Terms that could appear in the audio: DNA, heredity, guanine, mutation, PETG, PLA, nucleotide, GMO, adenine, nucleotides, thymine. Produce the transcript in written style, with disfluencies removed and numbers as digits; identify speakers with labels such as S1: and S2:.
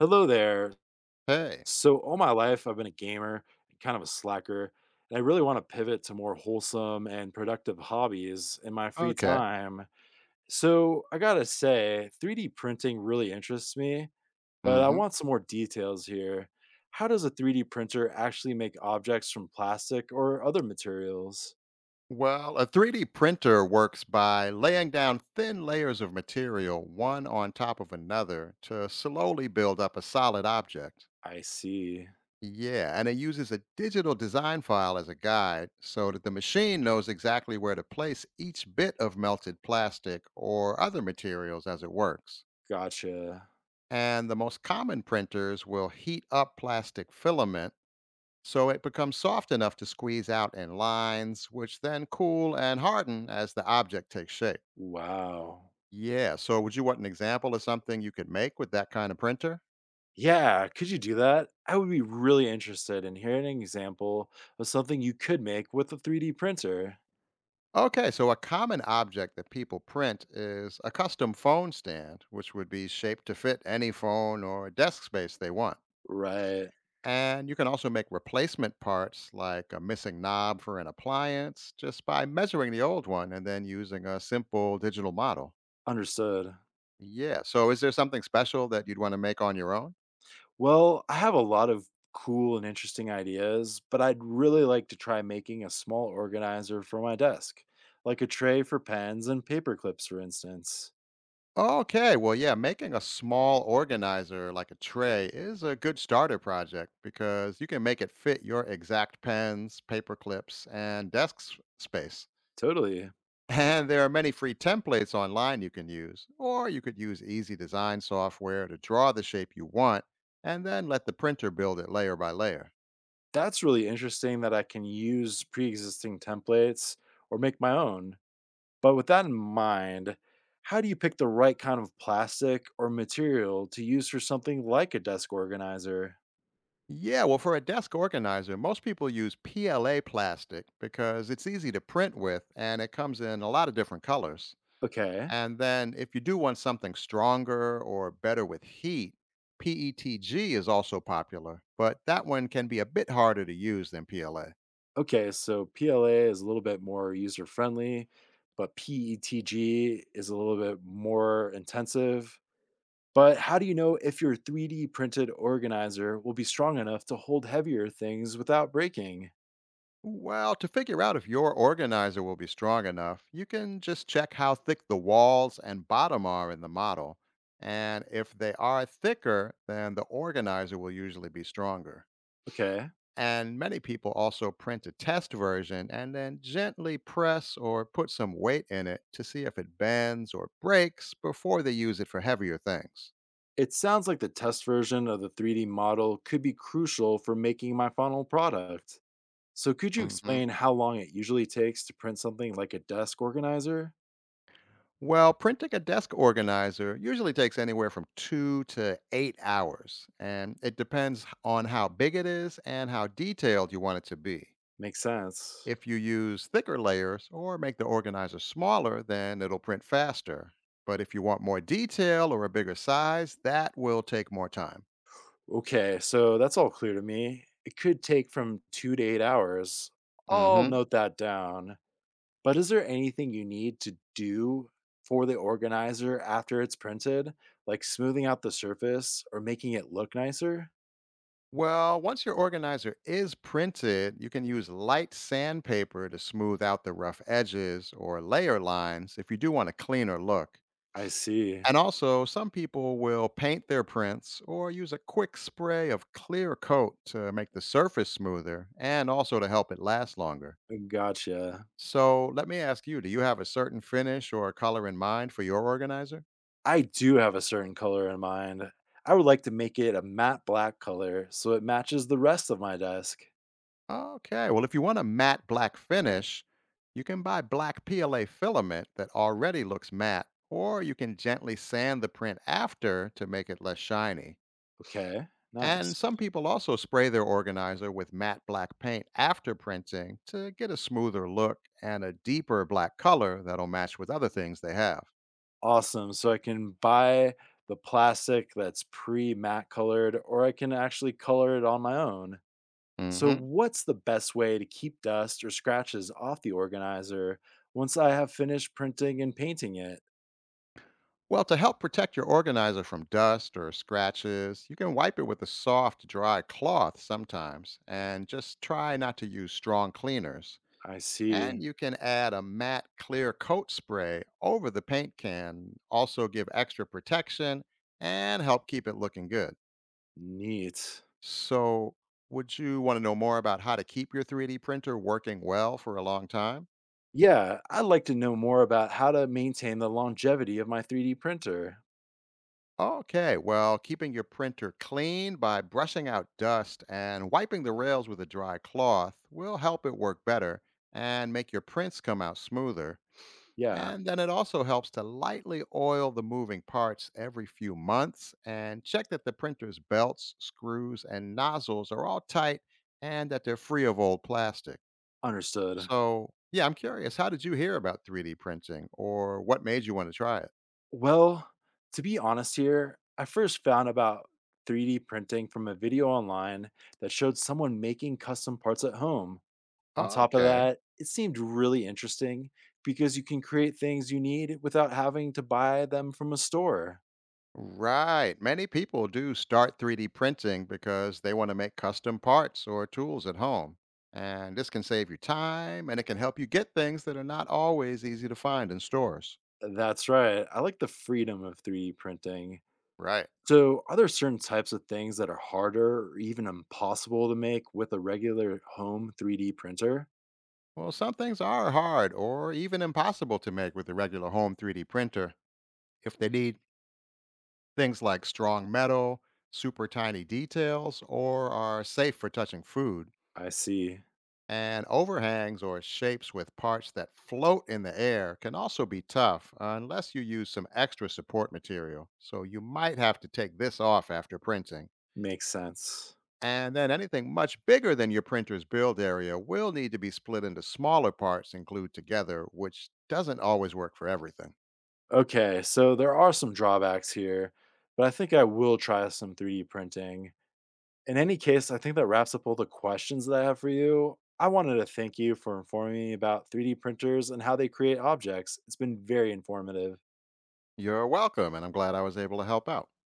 S1: Hello there.
S2: Hey.
S1: So, all my life, I've been a gamer and kind of a slacker, and I really want to pivot to more wholesome and productive hobbies in my free
S2: Okay.
S1: time. So, I gotta say, 3D printing really interests me, but I
S2: Hmm.
S1: want some more details here. How does a 3D printer actually make objects from plastic or other materials?
S2: Well, a 3D printer works by laying down thin layers of material one on top of another to slowly build up a solid object.
S1: I see.
S2: Yeah, and it uses a digital design file as a guide so that the machine knows exactly where to place each bit of melted plastic or other materials as it works.
S1: Gotcha.
S2: And the most common printers will heat up plastic filaments so it becomes soft enough to squeeze out in lines, which then cool and harden as the object takes shape.
S1: Wow.
S2: Yeah, so would you want an example of something you could make with that kind of printer?
S1: Yeah, could you do that? I would be really interested in hearing an example of something you could make with a 3D printer.
S2: Okay, so a common object that people print is a custom phone stand, which would be shaped to fit any phone or desk space they want.
S1: Right,
S2: And you can also make replacement parts like a missing knob for an appliance just by measuring the old one and then using a simple digital model.
S1: understood.
S2: Yeah. So is there something special that you'd want to make on your own?
S1: Well, I have a lot of cool and interesting ideas, but I'd really like to try making a small organizer for my desk, like a tray for pens and paper clips, for instance.
S2: Okay. Well, yeah, making a small organizer like a tray is a good starter project because you can make it fit your exact pens, paper clips, and desk space.
S1: Totally.
S2: And there are many free templates online you can use, or you could use easy design software to draw the shape you want and then let the printer build it layer by layer.
S1: That's really interesting that I can use pre existing templates or make my own. But with that in mind, how do you pick the right kind of plastic or material to use for something like a desk organizer?
S2: Yeah, well, for a desk organizer, most people use PLA plastic because it's easy to print with and it comes in a lot of different colors.
S1: Okay.
S2: And then if you do want something stronger or better with heat, PETG is also popular, but that one can be a bit harder to use than PLA.
S1: Okay, so PLA is a little bit more user friendly, but PETG is a little bit more intensive. But how do you know if your 3D printed organizer will be strong enough to hold heavier things without breaking?
S2: Well, to figure out if your organizer will be strong enough, you can just check how thick the walls and bottom are in the model. And if they are thicker, then the organizer will usually be stronger.
S1: Okay.
S2: And many people also print a test version and then gently press or put some weight in it to see if it bends or breaks before they use it for heavier things.
S1: It sounds like the test version of the 3D model could be crucial for making my final product. So, could you
S2: Hmm.
S1: explain how long it usually takes to print something like a desk organizer?
S2: Well, printing a desk organizer usually takes anywhere from 2 to 8 hours, and it depends on how big it is and how detailed you want it to be.
S1: Makes sense.
S2: If you use thicker layers or make the organizer smaller, then it'll print faster. But if you want more detail or a bigger size, that will take more time.
S1: Okay, so that's all clear to me. It could take from 2 to 8 hours. I'll
S2: Hmm.
S1: note that down. But is there anything you need to do for the organizer after it's printed, like smoothing out the surface or making it look nicer?
S2: Well, once your organizer is printed, you can use light sandpaper to smooth out the rough edges or layer lines if you do want a cleaner look.
S1: I see.
S2: And also, some people will paint their prints or use a quick spray of clear coat to make the surface smoother and also to help it last longer.
S1: Gotcha.
S2: So let me ask you, do you have a certain finish or a color in mind for your organizer?
S1: I do have a certain color in mind. I would like to make it a matte black color so it matches the rest of my desk.
S2: Okay, well, if you want a matte black finish, you can buy black PLA filament that already looks matte, or you can gently sand the print after to make it less shiny.
S1: Okay, nice.
S2: And some people also spray their organizer with matte black paint after printing to get a smoother look and a deeper black color that'll match with other things they have.
S1: Awesome. So I can buy the plastic that's pre matte colored, or I can actually color it on my own. So,
S2: Hmm.
S1: what's the best way to keep dust or scratches off the organizer once I have finished printing and painting it?
S2: Well, to help protect your organizer from dust or scratches, you can wipe it with a soft, dry cloth sometimes and just try not to use strong cleaners.
S1: I
S2: And
S1: see.
S2: you can add a matte clear coat spray over the paint can, also give extra protection and help keep it looking good.
S1: Neat.
S2: So, would you want to know more about how to keep your 3D printer working well for a long time?
S1: Yeah, I'd like to know more about how to maintain the longevity of my 3D printer.
S2: Okay, well, keeping your printer clean by brushing out dust and wiping the rails with a dry cloth will help it work better and make your prints come out smoother.
S1: Yeah,
S2: And then it also helps to lightly oil the moving parts every few months and check that the printer's belts, screws, and nozzles are all tight and that they're free of old plastic.
S1: understood.
S2: So, yeah, I'm curious, how did you hear about 3D printing or what made you want to try it?
S1: Well, to be honest here, I first found about 3D printing from a video online that showed someone making custom parts at home. On top of
S2: Okay.
S1: that, it seemed really interesting because you can create things you need without having to buy them from a store.
S2: Right. Many people do start 3D printing because they want to make custom parts or tools at home. And this can save you time and it can help you get things that are not always easy to find in stores.
S1: That's right. I like the freedom of 3D printing.
S2: Right.
S1: So, are there certain types of things that are harder or even impossible to make with a regular home 3D printer?
S2: Well, some things are hard or even impossible to make with a regular home 3D printer if they need things like strong metal, super tiny details, or are safe for touching food.
S1: I see.
S2: And overhangs or shapes with parts that float in the air can also be tough unless you use some extra support material. So you might have to take this off after printing.
S1: Makes sense.
S2: And then anything much bigger than your printer's build area will need to be split into smaller parts and glued together, which doesn't always work for everything.
S1: Okay, so there are some drawbacks here, but I think I will try some 3D printing. In any case, I think that wraps up all the questions that I have for you. I wanted to thank you for informing me about 3D printers and how they create objects. It's been very informative.
S2: You're welcome, and I'm glad I was able to help out.